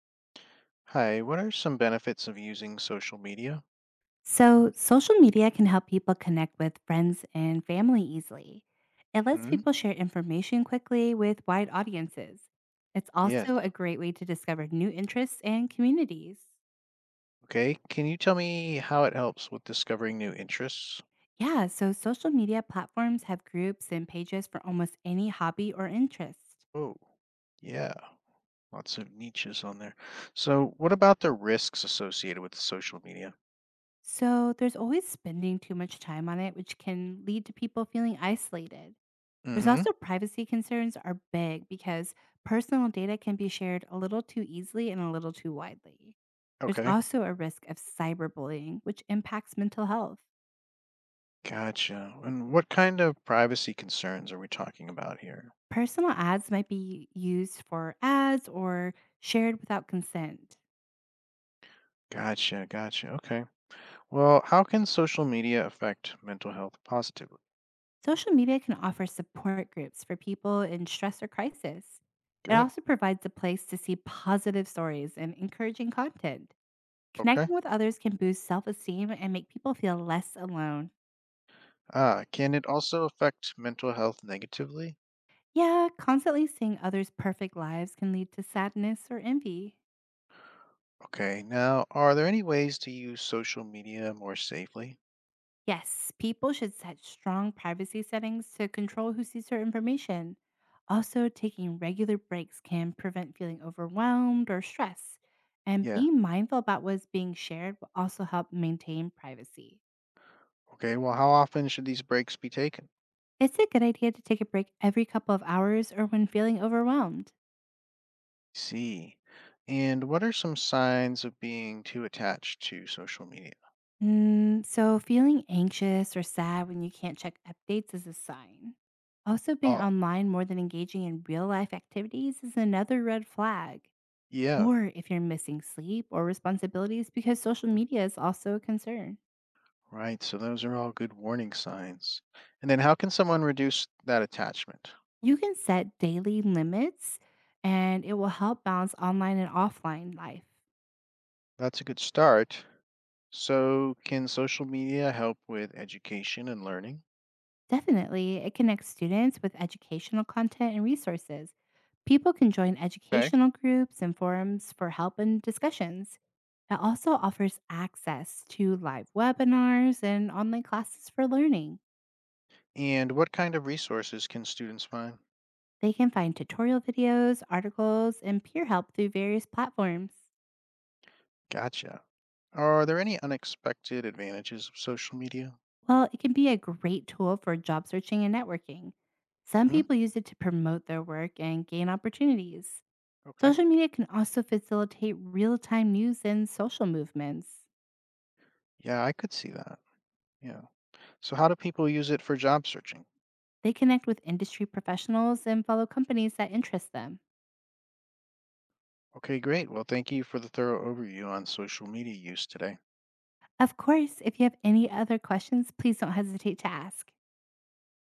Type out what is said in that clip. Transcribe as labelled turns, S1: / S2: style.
S1: Hi, what are some benefits of using social media?
S2: So, social media can help people connect with friends and family easily. It lets
S1: Hmm?
S2: people share information quickly with wide audiences. It's
S1: Yes.
S2: also a great way to discover new interests and communities.
S1: Okay. Can you tell me how it helps with discovering new interests?
S2: Yeah, so social media platforms have groups and pages for almost any hobby or interest.
S1: Oh, yeah. Lots of niches on there. So, what about the risks associated with social media?
S2: So, there's always spending too much time on it, which can lead to people feeling isolated. There's
S1: Mm-hmm.
S2: also privacy concerns are big because personal data can be shared a little too easily and a little too widely. There's
S1: Okay.
S2: also a risk of cyberbullying, which impacts mental health.
S1: Gotcha. And what kind of privacy concerns are we talking about here?
S2: Personal ads might be used for ads or shared without consent.
S1: Gotcha. Gotcha. Okay. Well, how can social media affect mental health positively?
S2: Social media can offer support groups for people in stress or crisis. It
S1: Good.
S2: also provides a place to see positive stories and encouraging content.
S1: Okay.
S2: Connecting with others can boost self esteem and make people feel less alone.
S1: Ah, can it also affect mental health negatively?
S2: Yeah, constantly seeing others' perfect lives can lead to sadness or envy.
S1: Okay, now are there any ways to use social media more safely?
S2: Yes, people should set strong privacy settings to control who sees their information. Also, taking regular breaks can prevent feeling overwhelmed or stressed. And
S1: Yeah.
S2: being mindful about what is being shared will also help maintain privacy.
S1: Okay, well, how often should these breaks be taken?
S2: It's a good idea to take a break every couple of hours or when feeling overwhelmed.
S1: See. And what are some signs of being too attached to social media?
S2: Feeling anxious or sad when you can't check updates is a sign. Also, being
S1: Oh,
S2: online more than engaging in real life activities is another red flag.
S1: yeah.
S2: Or if you're missing sleep or responsibilities because social
S1: Mm,
S2: media is also a concern.
S1: right, so those are all good warning signs. And then how can someone reduce that attachment?
S2: You can set daily limits and it will help balance online and offline life.
S1: That's a good start. So, can social media help with education and learning?
S2: Definitely, it connects students with educational content and resources. People can join
S1: Okay.
S2: educational groups and forums for help and discussions. It also offers access to live webinars and online classes for learning.
S1: And what kind of resources can students find?
S2: They can find tutorial videos, articles, and peer help through various platforms.
S1: Gotcha. Are there any unexpected advantages of social media?
S2: Well, it can be a great tool for job searching and networking. Some
S1: Hmm?
S2: people use it to promote their work and gain opportunities.
S1: Okay.
S2: Social media can also facilitate real time news and social movements.
S1: Yeah, I could see that. Yeah. So, how do people use it for job searching?
S2: They connect with industry professionals and follow companies that interest them.
S1: Okay, great. Well, thank you for the thorough overview on social media use today.
S2: Of course, if you have any other questions, please don't hesitate to ask.